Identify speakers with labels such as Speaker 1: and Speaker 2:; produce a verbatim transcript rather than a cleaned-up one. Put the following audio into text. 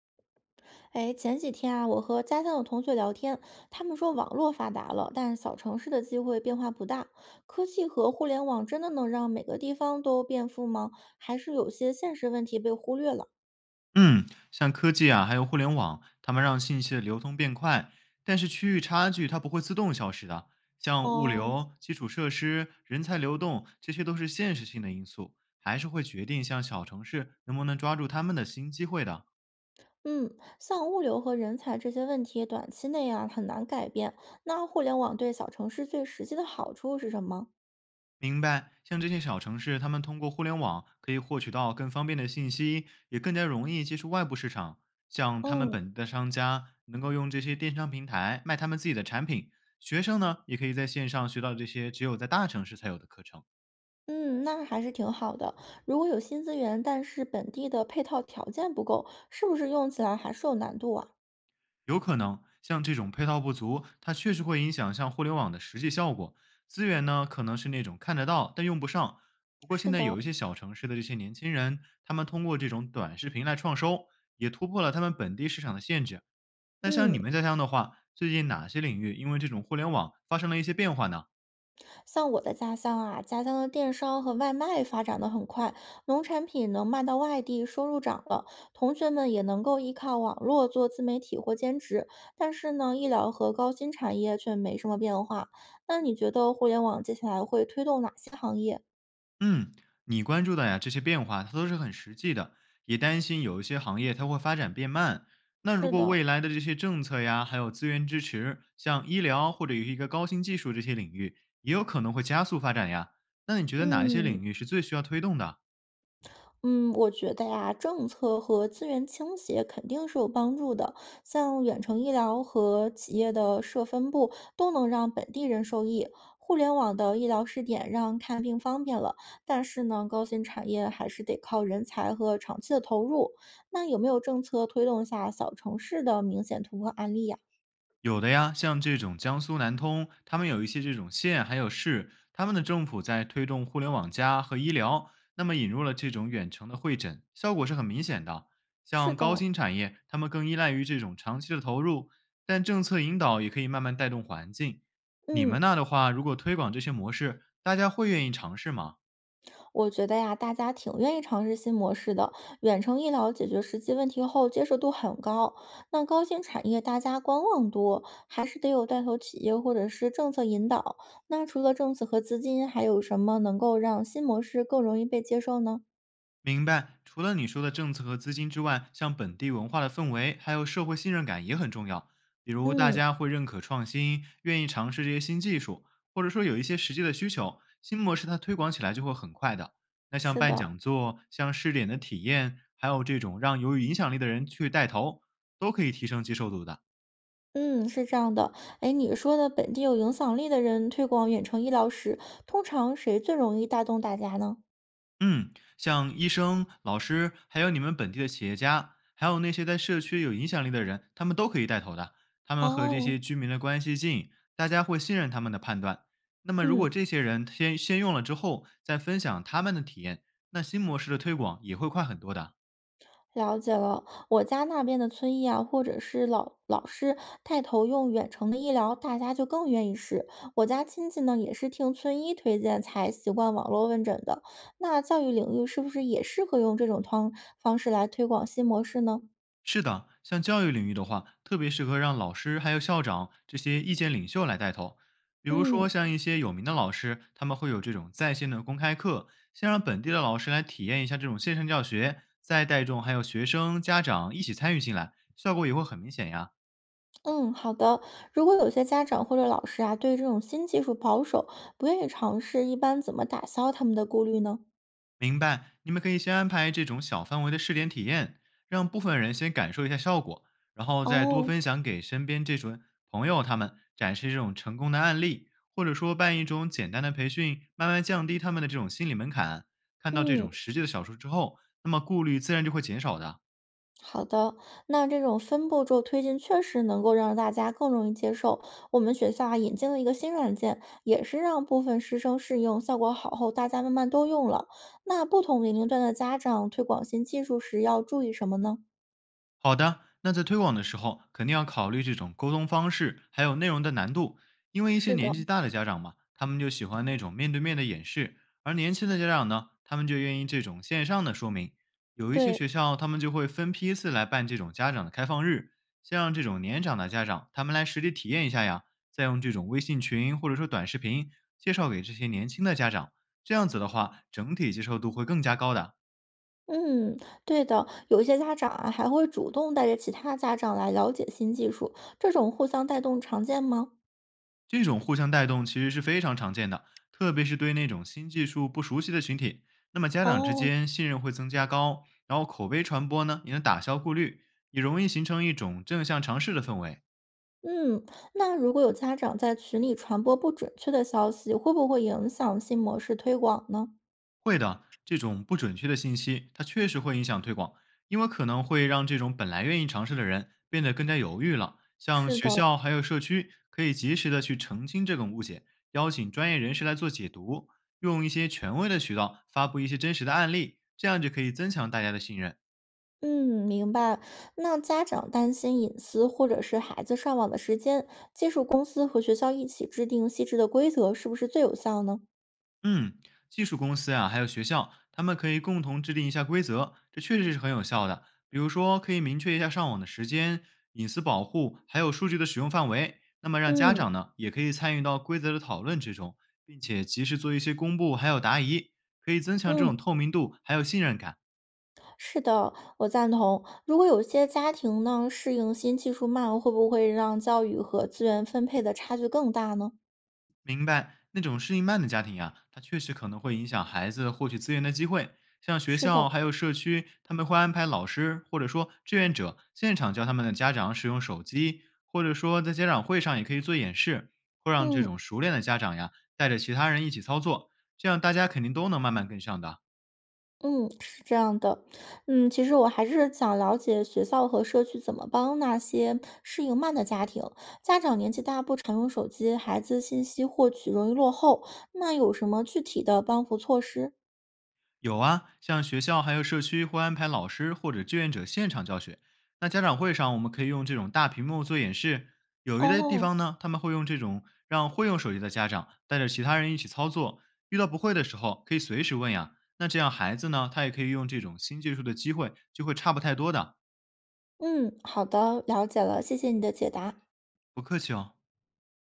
Speaker 1: 哎，前几天啊，我和家乡的同学聊天，他们说网络发达了，但是小城市的机会变化不大。科技和互联网真的能让每个地方都变富吗？还是有些现实问题被忽略了？
Speaker 2: 嗯，像科技啊，还有互联网，它们让信息的流通变快，但是区域差距它不会自动消失的。像物
Speaker 1: 哦，
Speaker 2: 流、基础设施、人才流动，这些都是现实性的因素，还是会决定像小城市能不能抓住他们的新机会的。
Speaker 1: 嗯，像物流和人才这些问题，短期内啊很难改变。那互联网对小城市最实际的好处是什么？
Speaker 2: 明白，像这些小城市，他们通过互联网可以获取到更方便的信息，也更加容易接触外部市场。像他们
Speaker 1: 嗯。
Speaker 2: 本地的商家能够用这些电商平台卖他们自己的产品，学生呢也可以在线上学到这些只有在大城市才有的课程。
Speaker 1: 嗯，那还是挺好的。如果有新资源，但是本地的配套条件不够，是不是用起来还是有难度啊？
Speaker 2: 有可能像这种配套不足，它确实会影响像互联网的实际效果。资源呢可能是那种看得到但用不上。不过
Speaker 1: 是
Speaker 2: 现在有一
Speaker 1: 的，
Speaker 2: 些小城市的这些年轻人，他们通过这种短视频来创收，也突破了他们本地市场的限制。那像
Speaker 1: 嗯，
Speaker 2: 你们家乡的话，最近哪些领域因为这种互联网发生了一些变化呢？
Speaker 1: 像我的家乡啊，家乡的电商和外卖发展的很快，农产品能卖到外地，收入涨了，同学们也能够依靠网络做自媒体或兼职。但是呢，医疗和高新产业却没什么变化。那你觉得互联网接下来会推动哪些行业？
Speaker 2: 嗯，你关注的呀，这些变化它都是很实际的，也担心有一些行业它会发展变慢。那如
Speaker 1: 是
Speaker 2: 果
Speaker 1: 的，
Speaker 2: 未来的这些政策呀，还有资源支持，像医疗或者有一个高新技术这些领域，也有可能会加速发展呀。那你觉得哪一些
Speaker 1: 嗯。
Speaker 2: 领域是最需要推动的？
Speaker 1: 嗯，我觉得呀，政策和资源倾斜肯定是有帮助的。像远程医疗和企业的设分部都能让本地人受益。互联网的医疗试点让看病方便了，但是呢，高新产业还是得靠人才和长期的投入。那有没有政策推动下小城市的明显突破案例呀？
Speaker 2: 有的呀，像这种江苏南通，他们有一些这种县还有市，他们的政府在推动互联网加和医疗，那么引入了这种远程的会诊，效果是很明显的。
Speaker 1: 是
Speaker 2: 像高
Speaker 1: 的，
Speaker 2: 新产业，他们更依赖于这种长期的投入，但政策引导也可以慢慢带动环境。你们
Speaker 1: 嗯，
Speaker 2: 那的话，如果推广这些模式，大家会愿意尝试吗？
Speaker 1: 我觉得呀，大家挺愿意尝试新模式的。远程医疗解决实际问题后，接受度很高。那高新产业大家观望多，还是得有带头企业或者是政策引导。那除了政策和资金，还有什么能够让新模式更容易被接受呢？
Speaker 2: 明白。除了你说的政策和资金之外，像本地文化的氛围，还有社会信任感也很重要。比如大
Speaker 1: 嗯，
Speaker 2: 家会认可创新，愿意尝试这些新技术，或者说有一些实际的需求，新模式它推广起来就会很快的。那像
Speaker 1: 是
Speaker 2: 办
Speaker 1: 的。
Speaker 2: 讲座、像试点的体验，还有这种让有影响力的人去带头，都可以提升接受度的。
Speaker 1: 嗯，是这样的。哎，你说的本地有影响力的人推广远程医疗时，通常谁最容易带动大家呢？
Speaker 2: 嗯，像医生、老师，还有你们本地的企业家，还有那些在社区有影响力的人，他们都可以带头的。他们和这
Speaker 1: 哦，
Speaker 2: 些居民的关系近，大家会信任他们的判断。那么，如果
Speaker 1: 嗯。
Speaker 2: 这些人先先用了之后，再分享他们的体验，那新模式的推广也会快很多的。
Speaker 1: 了解了，我家那边的村医啊，或者是老老师带头用远程的医疗，大家就更愿意试。我家亲戚呢，也是听村医推荐才习惯网络问诊的。那教育领域是不是也适合用这种方方式来推广新模式呢？
Speaker 2: 是的，像教育领域的话，特别适合让老师还有校长这些意见领袖来带头。比如说，
Speaker 1: 嗯。
Speaker 2: 像一些有名的老师，他们会有这种在线的公开课，先让本地的老师来体验一下这种线上教学，再带动还有学生、家长一起参与进来，效果也会很明显呀。
Speaker 1: 嗯，好的。如果有些家长或者老师啊，对这种新技术保守，不愿意尝试，一般怎么打消他们的顾虑呢？
Speaker 2: 明白，你们可以先安排这种小范围的试点体验，让部分人先感受一下效果，然后再多
Speaker 1: 哦，
Speaker 2: 分享给身边这种朋友，他们展示这种成功的案例，或者说办一种简单的培训，慢慢降低他们的这种心理门槛。看到这
Speaker 1: 嗯。
Speaker 2: 种实际的小数之后，那么顾虑自然就会减少的。
Speaker 1: 好的，那这种分步骤推进确实能够让大家更容易接受。我们学校啊引进了一个新软件，也是让部分师生试用，效果好后，大家慢慢都用了。那不同年龄段的家长推广新技术时要注意什么呢？
Speaker 2: 好的，那在推广的时候，肯定要考虑这种沟通方式，还有内容的难度。因为一些
Speaker 1: 是的，
Speaker 2: 年纪大的家长嘛，他们就喜欢那种面对面的演示，而年轻的家长呢，他们就愿意这种线上的说明。有一些学
Speaker 1: 对。
Speaker 2: 校，他们就会分批次来办这种家长的开放日，先让这种年长的家长他们来实地体验一下呀，再用这种微信群或者说短视频介绍给这些年轻的家长。这样子的话，整体接受度会更加高的。
Speaker 1: 嗯，对的，有一些家长啊还会主动带着其他家长来了解新技术，这种互相带动常见吗？
Speaker 2: 这种互相带动其实是非常常见的，特别是对那种新技术不熟悉的群体。那么家长之
Speaker 1: 哦，
Speaker 2: 间信任会增加高，然后口碑传播呢也能打消顾虑，也容易形成一种正向尝试的氛围。
Speaker 1: 嗯，那如果有家长在群里传播不准确的消息，会不会影响新模式推广呢？
Speaker 2: 会的，这种不准确的信息，它确实会影响推广，因为可能会让这种本来愿意尝试的人变得更加犹豫了。像
Speaker 1: 是
Speaker 2: 学
Speaker 1: 的，
Speaker 2: 校还有社区，可以及时的去澄清这种误解，邀请专业人士来做解读，用一些权威的渠道发布一些真实的案例，这样就可以增强大家的信任。
Speaker 1: 嗯，明白。那家长担心隐私或者是孩子上网的时间，技术公司和学校一起制定细致的规则，是不是最有效呢？
Speaker 2: 嗯，技术公司啊，还有学校，他们可以共同制定一下规则，这确实是很有效的。比如说，可以明确一下上网的时间、隐私保护，还有数据的使用范围。那么让家
Speaker 1: 嗯。
Speaker 2: 长呢，也可以参与到规则的讨论之中，并且及时做一些公布，还有答疑，可以增强这种
Speaker 1: 嗯，
Speaker 2: 透明度还有信任感。
Speaker 1: 是的，我赞同。如果有些家庭呢，适应新技术慢，会不会让教育和资源分配的差距更大呢？
Speaker 2: 明白，那种适应慢的家庭呀，它确实可能会影响孩子获取资源的机会。像学
Speaker 1: 是的，
Speaker 2: 校还有社区，他们会安排老师或者说志愿者现场教他们的家长使用手机，或者说在家长会上也可以做演示，会让这
Speaker 1: 嗯。
Speaker 2: 种熟练的家长呀带着其他人一起操作，这样大家肯定都能慢慢跟上的。
Speaker 1: 嗯，是这样的，嗯，其实我还是想了解学校和社区怎么帮那些适应慢的家庭。家长年纪大不常用手机，孩子信息获取容易落后，那有什么具体的帮扶措施？
Speaker 2: 有啊，像学校还有社区会安排老师或者志愿者现场教学。那家长会上，我们可以用这种大屏幕做演示。有一些地
Speaker 1: 哦，
Speaker 2: 方呢，他们会用这种让会用手机的家长带着其他人一起操作，遇到不会的时候可以随时问呀。那这样孩子呢，他也可以用这种新技术的机会，就会差不太多的。
Speaker 1: 嗯，好的，了解了，谢谢你的解答。
Speaker 2: 不客气哦。